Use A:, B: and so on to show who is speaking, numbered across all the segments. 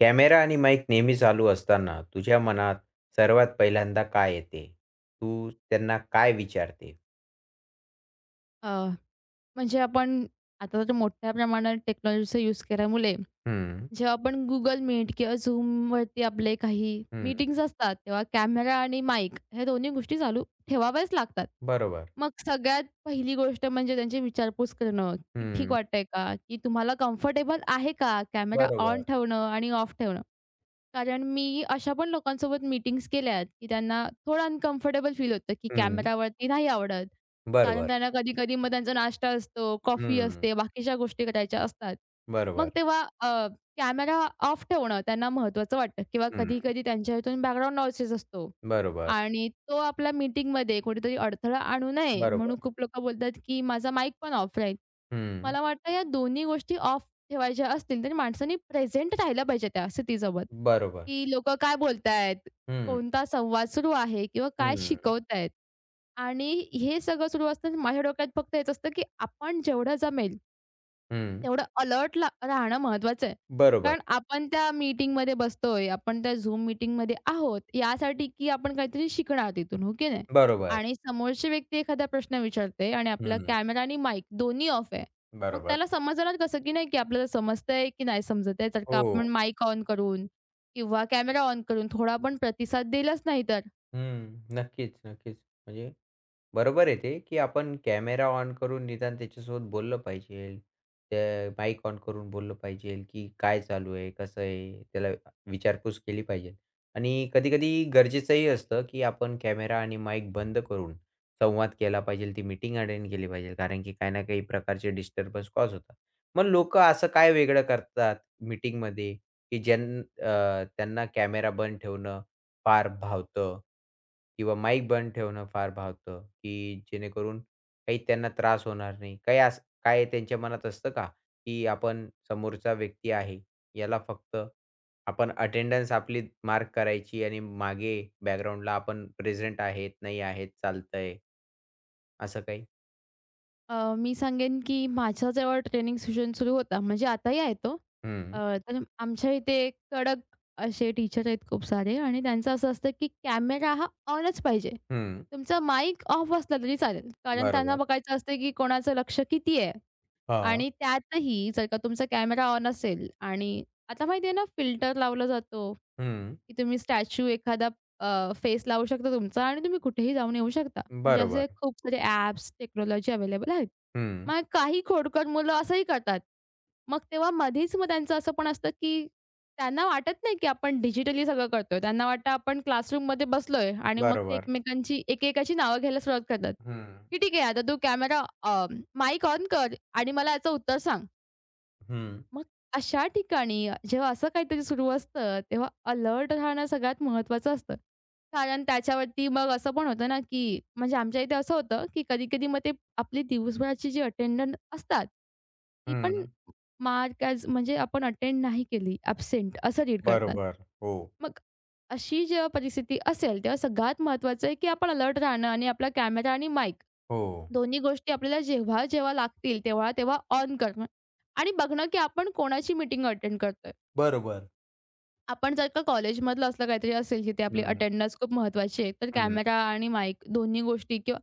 A: Camera आणि mic नेहमी चालू असताना तुझ्या मनात सर्वात पहिल्यांदा काय येते? तू त्यांना काय विचारते?
B: अ, म्हणजे आपण आता तर मोठ्या प्रमाणात टेक्नॉलॉजीचा यूज केल्यामुळे
A: हं,
B: जेव्हा आपण Google Meet किंवा Zoomवरती आपले काही
A: हं.
B: मीटिंग्ज असतात, तेव्हा कॅमेरा आणि माईक ह्या दोन्ही गोष्टी चालू ठेवाव्याच लागतात.
A: बरोबर.
B: मग सगळ्यात पहिली गोष्ट म्हणजे त्यांची विचारपूस करणं, की ठीक
A: हं.
B: वाटतंय का? की तुम्हाला कम्फर्टेबल आहे का? कॅमेरा ऑन
A: बरोबर.
B: ठेवणं आणि ऑफ ठेवणं. कारण मी अशा पण लोकांसोबत मीटिंग्स केल्या आहेत, की त्यांना थोडं अनकम्फर्टेबल फील होतं, की
A: हं.
B: कॅमेरावरती नाही आवडत. कारण
A: बरोबर.
B: त्यांना कधी-कधी मग त्यांचा नाश्ता असतो, कॉफी
A: हं.
B: असते, बाकीच्या गोष्टी करायच्या असतात. मग
A: बरोबर.
B: तेव्हा कॅमेरा ऑफ ठेवणं त्यांना महत्त्वाचं वाटतं किंवा
A: हं.
B: कधी-कधी त्यांच्या इथून बॅकग्राऊंड नॉईसेस असतो
A: बरोबर.
B: आणि तो आपल्या मीटिंगमध्ये कुठेतरी अडथळा आणू नये
A: बरोबर.
B: म्हणून खूप लोकं बोलतात, की माझा माईक पण ऑफ राहील.
A: हं.
B: मला वाटतं या दोन्ही गोष्टी ऑफ ठेवायच्या असतील, तर माणसांनी प्रेझेंट राहिलं पाहिजे त्या स्थितीसोबत,
A: बरोबर.
B: की लोकं काय बोलतायत,
A: हं,
B: कोणता संवाद सुरू आहे किंवा काय
A: हं,
B: शिकवतायत आणि हे सगळं सुरू असताना माझ्या डोक्यात फक्त हेच असतं, की आपण जेवढं जमेल
A: हं.
B: तेवढं अलर्ट ला राहणं महत्वाचं आहे.
A: बरोबर.
B: कारण आपण त्या मीटिंगमध्ये बसतोय, आपण त्या Zoom मीटिंगमध्ये आहोत, यासाठी की आपण काहीतरी शिकणार तिथून, हो की नाही?
A: बरोबर.
B: आणि समोरची व्यक्ती एखादा प्रश्न विचारते आणि आपला
A: हं.
B: कॅमेरा आणि माईक दोन्ही ऑफ आहे. मग
A: बरोबर.
B: त्याला समजणार कसं, की नाही की आपल्याला समजतंय की नाही समजत आहे? जर का
A: हो.
B: आपण माईक ऑन करून किंवा कॅमेरा ऑन करून थोडा पण प्रतिसाद दिलाच नाही तर?
A: हं. नक्कीच, नक्कीच. म्हणजे बरोबर आहे ते, की आपण कॅमेरा ऑन करून निदान त्याच्यासोबत बोललं पाहिजे. त्या माईक ऑन करून बोललं पाहिजे, की काय चालू आहे? कसं आहे? त्याला विचारपूस केली पाहिजे. आणि कधी-कधी गरजेचंही असतं, की आपण कॅमेरा आणि माईक बंद करून संवाद केला पाहिजे. ती मीटिंग अटेंड केली पाहिजे. कारण की काही ना काही प्रकारचे डिस्टर्बन्स कॉज होतात. मग लोकं असं काय वेगळं करतात मीटिंगमध्ये, की त्यांना कॅमेरा बंद ठेवणं फार भावतं किंवा माईक बंद ठेवणं फार भावतं, की जेणेकरून काही त्यांना त्रास होणार नाही. काही असं काय त्यांच्या मनात असतं का, की आपण समोरचा व्यक्ती आहे, याला फक्त आपण अटेंडन्स आपली मार्क करायची आणि मागे बॅकग्राऊंडला आपण प्रेझेंट आहेत, नाही आहेत, चालतंय. असं काही?
B: मी सांगेन की माझा जेव्हा ट्रेनिंग सेशन सुरू होता, म्हणजे आताही आहे तो. अ,
A: हं,
B: तर आमच्या इथे कडक असे टीचर आहेत खूप सारे आणि त्यांचं असं असतं की कॅमेरा हा ऑनच पाहिजे.
A: हं.
B: तुमचा माईक ऑफ असला तरी चालेल. कारण त्यांना
A: बरोबर.
B: बघायचं असतं की कोणाचं लक्ष किती आहे.
A: हां.
B: आणि त्यातही जर का तुमचा कॅमेरा ऑन असेल आणि आता माहिती आहे ना फिल्टर लावला जातो,
A: हं.
B: की तुम्ही स्टॅच्यू एखादा फेस लावू शकता तुमचा आणि तुम्ही कुठेही जाऊन येऊ शकता. म्हणजे असे
A: बरोबर.
B: खूप सारे ॲप्स, टेक्नॉलॉजी अवेलेबल आहेत.
A: हं.
B: मग काही खोडकर मुलं असंही करतात. मग तेव्हा मधीच मग त्यांचं असं पण असतं, की त्यांना वाटत नाही, की आपण डिजिटली सगळं करतोय. त्यांना वाटतं आपण क्लासरूममध्ये बसलोय आणि मग ते
A: बरोबर.
B: एकमेकांची एकेकाची नावं घ्यायला सुरुवात करतात.
A: हं, हं,
B: की "ठीक आहे, आता तू अ, माईक ऑन कर आणि मला याचं उत्तर सांग."
A: हं.
B: मग अशा ठिकाणी जेव्हा असं काहीतरी सुरू असतं, तेव्हा अलर्ट राहणं सगळ्यात महत्त्वाचं असतं. कारण त्याच्यावरती मग असं पण होतं ना, की म्हणजे आमच्या इथे असं होतं, की कधी-कधी मग ते आपली दिवसभराची जी अटेंडंट असतात, ती पण मार्क ॲज म्हणजे आपण अटेंड नाही केली, ॲब्सेंट असं रीड करतात.
A: बरोबर. हो,
B: मग अशी जेव्हा परिस्थिती असेल, तेव्हा सगळ्यात महत्त्वाचं आहे, की आपण अलर्ट राहणं आणि आपला कॅमेरा आणि माईक
A: हो.
B: दोन्ही गोष्टी आपल्याला जेव्हा-जेव्हा लागतील तेव्हा-तेव्हा ऑन करणं आणि बघणं, की आपण कोणाची मीटिंग अटेंड करतोय.
A: बरोबर.
B: आपण जर का कॉलेजमधलं असलं काहीतरी असेल, जिथे आपली
A: हं,
B: अटेंडन्स खूप महत्त्वाची आहे, तर
A: हं,
B: कॅमेरा आणि माईक दोन्ही गोष्टी किंवा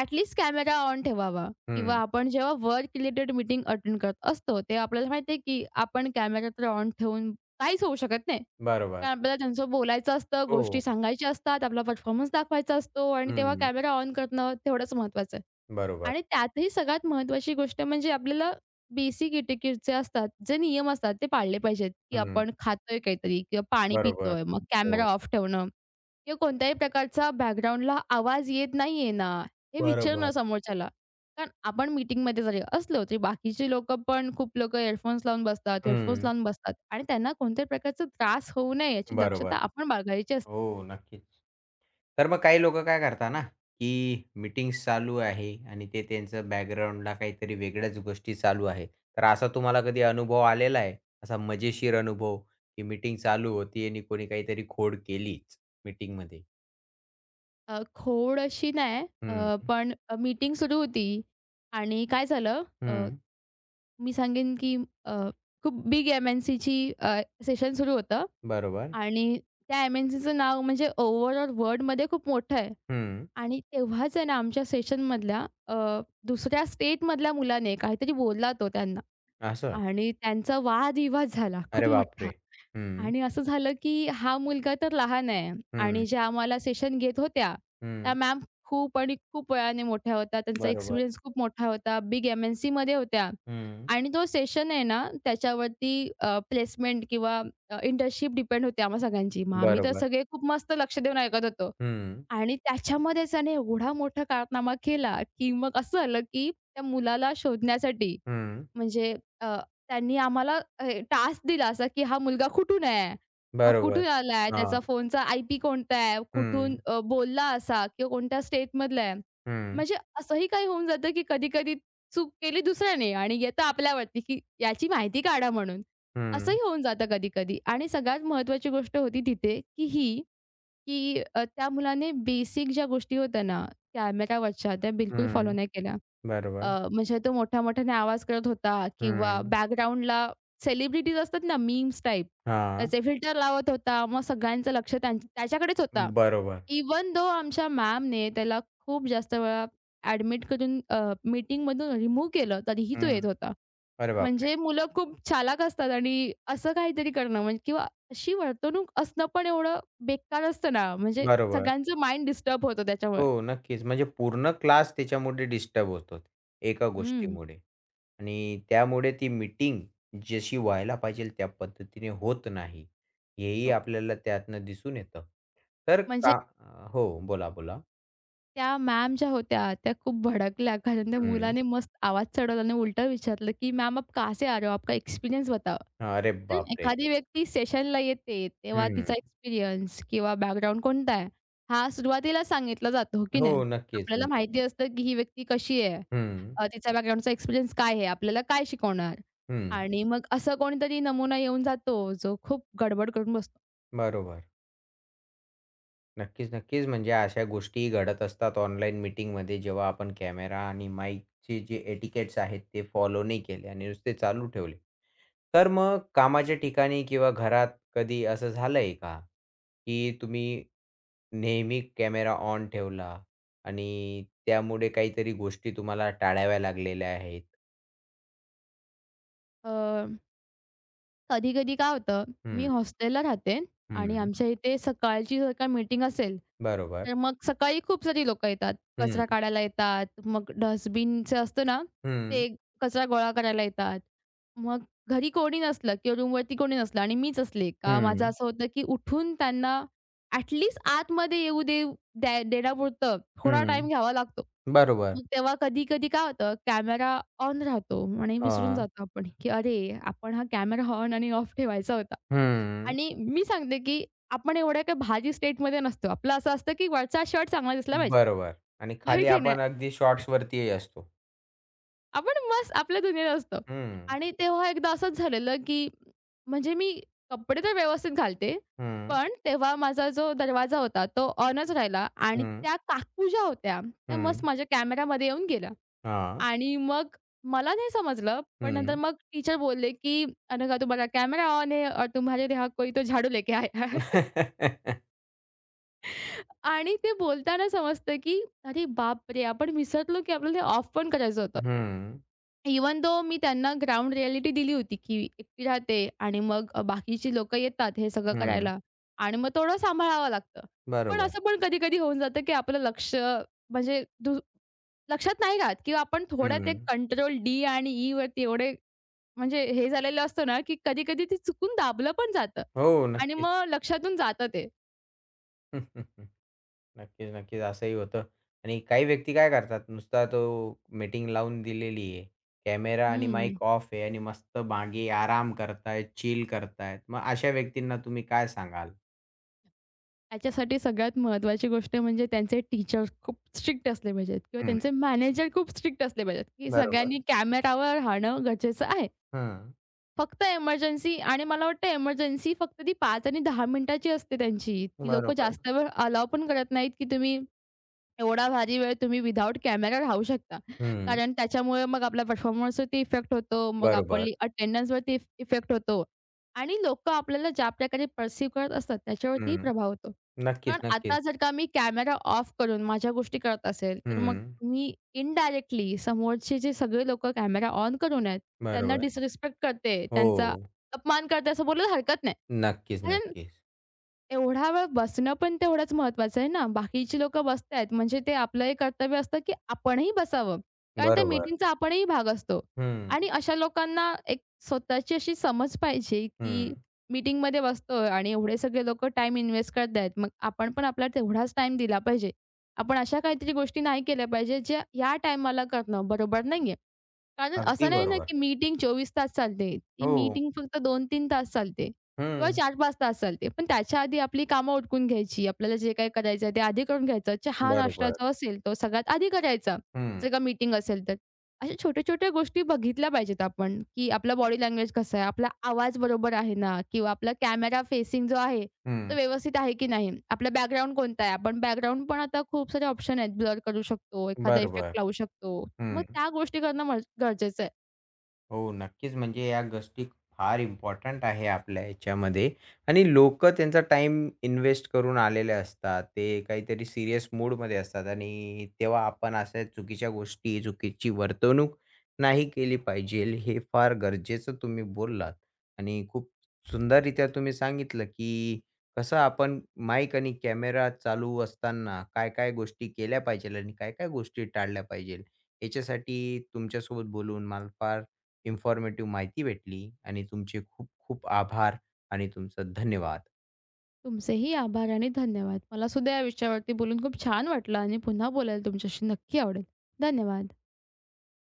B: ॲटलीस्ट कॅमेरा ऑन ठेवावा किंवा
A: हं.
B: आपण जेव्हा वर्क रिलेटेड मीटिंग अटेंड करत असतो, तेव्हा आपल्याला माहिती आहे, की आपण कॅमेरा तर ऑन ठेवून काहीच होऊ शकत नाही.
A: बरोबर.
B: कारण आपल्याला त्यांचं बोलायचं असतं,
A: हो.
B: गोष्टी सांगायच्या असतात, आपला परफॉर्मन्स दाखवायचा असतो आणि तेव्हा
A: हं.
B: कॅमेरा ऑन करणं तेवढंच महत्त्वाचं आहे.
A: बरोबर.
B: आणि त्यातही सगळ्यात महत्त्वाची गोष्ट म्हणजे आपल्याला बेसिक एटिक्यूट जे असतात, जे नियम असतात ते पाळले पाहिजेत, की
A: हं.
B: आपण खातोय काहीतरी किंवा पाणी
A: बरोबर.
B: पितोय, मग कॅमेरा
A: हो.
B: ऑफ ठेवणं किंवा कोणत्याही प्रकारचा बॅकग्राऊंडला आवाज येत नाहीये ना, हे विचारणं
A: बरोबर.
B: समोरच्याला. कारण आपण मीटिंगमध्ये जरी असलो, तरी बाकीची लोकं पण खूप लोकं इयरफोन्स लावून बसतात, हेडफोन्स
A: हं.
B: लावून बसतात आणि त्यांना कोणत्याही प्रकारचा त्रास होऊ नये याची दक्षता
A: बरोबर.
B: आपण बाळगायची असते.
A: हो, नक्कीच. तर मग काही लोकं काय करतात ना, की मीटिंग्स चालू आहे आणि ते त्यांचं बॅकग्राऊंडला काहीतरी वेगळ्याच गोष्टी चालू आहे. तर असा तुम्हाला कधी अनुभव आलेला आहे? असा मजेशीर अनुभव, की मीटिंग चालू होती आणि कोणी काहीतरी खोड केलीच मीटिंगमध्ये?
B: खोड अशी नाही,
A: हं,
B: पण मीटिंग सुरू होती आणि काय झालं.
A: हं.
B: मी सांगेन की अ, खूप बिग एम-एन-सीची सेशन सुरू होतं
A: बरोबर.
B: आणि त्या एम-एन-सीचं नाव म्हणजे ओव्हरऑल वर्ल्डमध्ये खूप मोठं आहे
A: हं.
B: आणि तेव्हाच आहे ना आमच्या सेशनमधल्या दुसऱ्या स्टेटमधल्या मुलाने काहीतरी बोलला तो त्यांना.
A: असं?
B: आणि त्यांचा वादविवाद झाला खूप
A: अरे
B: मोठा
A: बापरे! हं.
B: आणि असं झालं, की हा मुलगा तर लहान आहे आणि
A: हं,
B: ज्या आम्हाला सेशन घेत होत्या, त्या
A: हं.
B: मॅम खूप आणि खूप वयाने मोठ्या होत्या. त्यांचा
A: बरोबर.
B: एक्सपिरियन्स खूप मोठा होता. बिग एम-एन-सीमध्ये होत्या
A: हं.
B: आणि तो सेशन आहे ना, त्याच्यावरती प्लेसमेंट किंवा इंटर्नशिप डिपेंड होते आम्हा सगळ्यांची. मग आम्ही तर
A: बरोबर.
B: सगळे खूप मस्त लक्ष देऊन ऐकत होतो
A: हं,
B: आणि त्याच्यामध्ये त्याने एवढा मोठा कारनामा केला, की मग असं झालं, की त्या मुलाला शोधण्यासाठी
A: हं.
B: म्हणजे अ, त्यांनी आम्हाला टास्क दिला असा, की हा मुलगा कुठून आहे? हा
A: बरोबर.
B: कुठून आलाय?
A: हां.
B: त्याचा फोनचा आय-पी कोणता आहे?
A: हं,
B: बोलला असा किंवा कोणत्या स्टेटमधला आहे?
A: हं,
B: म्हणजे असंही काही होऊन जातं, की कधी-कधी चूक केली दुसऱ्याने आणि येतं आपल्यावरती, की याची माहिती काढा म्हणून.
A: हं,
B: असंही होऊन जातं कधी-कधी आणि सगळ्यात महत्त्वाची गोष्ट होती तिथे, की ही, की त्या मुलाने बेसिक ज्या गोष्टी होत्या ना, कॅमेऱ्यावरच्या त्या बिलकुल फॉलो
A: हं.
B: नाही केल्या.
A: बरोबर.
B: म्हणजे तो मोठ्या-मोठ्याने आवाज करत होता किंवा
A: हं.
B: बॅकग्राऊंडला सेलिब्रिटीज असतात ना मीम्स टाइप,
A: हां.
B: त्याचे फिल्टर लावत होता. मग सगळ्यांचं लक्ष त्याच्याकडेच होता.
A: बरोबर.
B: इवन दो आमच्या मॅमने त्याला खूप जास्त वेळा ॲडमिट करून मीटिंगमधून रिमूव्ह केलं, तरीही तो येत
A: हं.
B: होता.
A: अरे बापरे!
B: म्हणजे मुलं खूप चालाख असतात आणि असं काहीतरी करणं म्हणजे किंवा अशी वर्तणूक असणं पण एवढं बेकार असतं ना, म्हणजे
A: बरोबर.
B: सगळ्यांचं माइंड डिस्टर्ब होतं त्याच्यामुळे.
A: हो, नक्कीच. म्हणजे पूर्ण क्लास त्याच्यामुळे डिस्टर्ब होतो एका
B: हं.
A: गोष्टीमुळे आणि त्यामुळे ती मीटिंग जशी व्हायला पाहिजे त्या पद्धतीने होत नाही, हेही
B: हो,
A: आपल्याला त्यातनं दिसून येतं. तर
B: म्हणजे
A: का हो, बोला, बोला.
B: त्या मॅम ज्या होत्या, त्या खूप भडकल्या. कारण त्या मुलाने मस्त आवाज चढवला आणि उलटं विचारलं, की "मैम आप कहाँ से आ रहे हो? आपका एक्सपीरियंस बताओ."
A: अरे
B: कारण
A: बापरे!
B: एखादी व्यक्ती सेशनला येते, तेव्हा
A: हं.
B: तिचा एक्सपिरियन्स किंवा बॅकग्राऊंड कोणता आहे, हा सुरुवातीला सांगितला जातो, हो की
A: हो,
B: नाही?
A: नक्कीच,
B: आपल्याला
A: नक्कीच.
B: माहिती असतं, की ही व्यक्ती कशी आहे,
A: हं,
B: तिचा बॅकग्राऊंडचा एक्सपिरियन्स काय आहे, आपल्याला काय शिकवणार?
A: हं.
B: आणि मग असं कोणीतरी नमुना येऊन जातो, जो खूप गडबड करून बसतो.
A: बरोबर. नक्कीच, नक्कीच. म्हणजे अशा गोष्टी घडत असतात ऑनलाईन मीटिंगमध्ये जेव्हा आपण कॅमेरा आणि माईकचे जे एटिकेट्स आहेत ते फॉलो नाही केले आणि नुसते चालू ठेवले. तर मग कामाच्या ठिकाणी किंवा घरात कधी असं झालंय का, की तुम्ही नेहमी कॅमेरा ऑन ठेवला आणि त्यामुळे काहीतरी गोष्टी तुम्हाला टाळाव्या लागलेल्या आहेत?
B: अ कधी-कधी काय होतं, मी
A: हं,
B: हॉस्टेलला राहते आणि
A: हं.
B: आमच्या इथे सकाळची जर का मीटिंग असेल,
A: बरोबर.
B: तर मग सकाळी खूप सारी लोकं येतात. कचरा
A: हं,
B: काढायला येतात, मग डस्टबिनचं असतं ना,
A: हं.
B: ते कचरा गोळा करायला येतात. मग घरी कोणी नसलं किंवा रूमवरती कोणी नसलं आणि मीच असले, का माझं
A: हं,
B: असं होतं की उठून त्यांना ॲट आतमध्ये येऊ दे द्या देण्यापुरतं थोडा टाईम
A: हं.
B: घ्यावा लागतो.
A: बरोबर.
B: मग तेव्हा कधी-कधी काय होतं कॅमेरा ऑन राहतो आणि विसरून
A: हां.
B: जातो आपण, की अरे आपण हा कॅमेरा ऑन आणि ऑफ ठेवायचा होता.
A: हं.
B: आणि मी सांगते, की आपण एवढ्या काही भाजी स्टेटमध्ये नसतो. आपलं असं असतं, की वरचा शर्ट चांगला दिसला पाहिजे.
A: बरोबर आणि
B: होय
A: खाली
B: की नाही?
A: आपण अगदी शॉर्ट्सवरतीही असतो.
B: आपण मस्त आपल्या दुनियेत असतो.
A: हं,
B: आणि तेव्हा एकदा असंच झालेलं, की म्हणजे मी कपडे तर व्यवस्थित घालते.
A: हं,
B: पण तेव्हा माझा जो दरवाजा होता तो ऑनच राहिला आणि
A: हं,
B: त्या काकू ज्या होत्या, त्या मस्त
A: हं.
B: माझ्या कॅमेरामध्ये येऊन गेल्या.
A: हां.
B: आणि मग मला नाही समजलं, पण नंतर
A: हं.
B: मग टीचर बोलले, की "अनुघा तुम्हारा कैमरा ऑन है और तुम्हारे यहाँ कोई तो झाडू लेके आया है." आणि ते बोलताना समजतं, की अरे बापरे! आपण विसरलो, की आपल्याला ऑफ पण करायचं होतं.
A: हं,
B: इव्हन दो मी त्यांना ग्राउंड रियालिटी दिली होती, की एकटी राहते आणि मग बाकीची लोकं येतात हे सगळं
A: हं.
B: करायला आणि मग थोडं सांभाळावं लागतं. पण
A: बरोबर.
B: असं पण कधी-कधी होऊन जातं, की आपलं लक्ष म्हणजे लक्षात नाही राहत किंवा आपण थोडं ते
A: हं.
B: कंट्रोल डी आणि ई वरती एवढे म्हणजे हे झालेलं असतं ना, की कधी-कधी ते चुकून दाबलं पण जातं
A: हो,
B: आणि
A: नक्कीच.
B: मग लक्षातून जातं ते.
A: नक्कीच, नक्कीच. असंही होतं आणि काही व्यक्ती काय करतात, नुसता तो मीटिंग लावून दिलेली आहे. कॅमेरा आणि
B: हं.
A: माईक ऑफ आहे आणि मस्त मागे आराम करतायत, चिल करतायत. मग अशा व्यक्तींना तुम्ही काय सांगाल?
B: त्याच्यासाठी सगळ्यात महत्त्वाची गोष्ट म्हणजे त्यांचे टीचर्स खूप स्ट्रिक्ट असले पाहिजेत किंवा त्यांचे मॅनेजर खूप स्ट्रिक्ट असले पाहिजेत, की
A: बरोबर.
B: सगळ्यांनी कॅमेरावर राहणं गरजेचं आहे.
A: हं.
B: फक्त एमर्जन्सी आणि मला वाटतं एमर्जन्सी फक्त ती 5 आणि 10 मिनिटाची असते त्यांची. ती लोकं
A: बरोबर.
B: जास्त वेळ अलाऊ पण करत नाहीत, की तुम्ही एवढा भारी वेळ तुम्ही विथआऊट कॅमेरा राहू शकता.
A: हं.
B: कारण त्याच्यामुळे मग आपल्या परफॉर्मन्सवरती इफेक्ट होतो. मग
A: बरोबर.
B: आपली अटेंडन्सवरती इफेक्ट होतो. आणि लोकं आपल्याला ज्या प्रकारे पर्सीव्ह करत असतात त्याच्यावरतीही
A: हं.
B: प्रभाव होतो.
A: नक्कीच,
B: कारण
A: नक्कीच.
B: आता जर का मी कॅमेरा ऑफ करून माझ्या गोष्टी करत असेल, तर मग
A: हं.
B: मी इनडायरेक्टली समोरचे जे सगळे लोकं कॅमेरा ऑन करून आहेत, त्यांना
A: बरोबर.
B: डिसरिस्पेक्ट करते, त्यांचा
A: हो.
B: अपमान करते असं बोलायला हरकत नाही.
A: नक्कीच,
B: कारण
A: नक्कीच.
B: एवढा वेळ बसणं पण तेवढंच महत्त्वाचं आहे ना. बाकीची लोकं बसतायत म्हणजे ते आपलं हे कर्तव्य असतं, की आपणही बसावं. कारण त्या
A: बरोबर.
B: मीटिंगचा आपणही भाग असतो.
A: हं.
B: आणि अशा लोकांना एक स्वतःची अशी समज पाहिजे,
A: हं.
B: की मीटिंगमध्ये बसतोय आणि एवढे सगळे लोकं टाईम इन्व्हेस्ट करत आहेत. मग आपण पण आपला तेवढाच टाईम दिला पाहिजे. आपण अशा काहीतरी गोष्टी नाही केल्या पाहिजे, ज्या या टाईमाला करणं बरोबर नाहीये. कारण
A: अगदी
B: असं नाही ना,
A: बरोबर.
B: की मीटिंग 24 तास चालते. ती
A: हो.
B: मीटिंग फक्त 2 तीन तास चालते किंवा
A: हं.
B: 4-5 तास चालते. पण त्याच्या आधी आपली कामं उरकून घ्यायची. आपल्याला जे काही करायचं आहे ते आधी करून घ्यायचं. चहा-नाश्ता
A: बरोबर.
B: जो असेल तो सगळ्यात आधी करायचा,
A: हं.
B: जर का मीटिंग असेल तर. अशा छोट्या-छोट्या गोष्टी बघितल्या पाहिजेत आपण, की आपला बॉडी लँग्वेज कसा आहे, आपला आवाज बरोबर आहे ना किंवा आपला कॅमेरा फेसिंग जो आहे तो
A: हं.
B: व्यवस्थित आहे की नाही. आपला बॅकग्राऊंड कोणता आहे? आपण बॅकग्राऊंड पण आता खूप सारे ऑप्शन आहेत. ब्लर करू शकतो, एखादा
A: बरोबर.
B: इफेक्ट लावू शकतो. मग
A: हं.
B: त्या गोष्टी करणं मल गरजेचं आहे.
A: हो, नक्कीच. म्हणजे या गोष्टी फार इम्पॉर्टंट आहे आपल्या ह्याच्यामध्ये आणि लोकं त्यांचा टाइम इन्व्हेस्ट करून आलेले असतात. ते काहीतरी सीरियस मूडमध्ये असतात आणि तेव्हा आपण अशा चुकीच्या गोष्टी, चुकीची वर्तवणूक नाही केली पाहिजे. हे फार गरजेचं तुम्ही बोललात आणि खूप सुंदररीत्या तुम्ही सांगितलं, की कसं आपण माईक आणि कॅमेरा चालू असताना काय-काय गोष्टी केल्या पाहिजेल आणि काय-काय गोष्टी टाळल्या पाहिजेल. याच्यासाठी तुमच्यासोबत बोलून मला फार इन्फॉर्मेटिव्ह माहिती भेटली आणि तुमचे खूप खूप आभार आणि तुमचं धन्यवाद.
B: तुमचेही आभार आणि धन्यवाद. मला सुद्धा या विषयावरती बोलून खूप छान वाटलं आणि पुन्हा बोलायला तुमच्याशी नक्की आवडेल. धन्यवाद.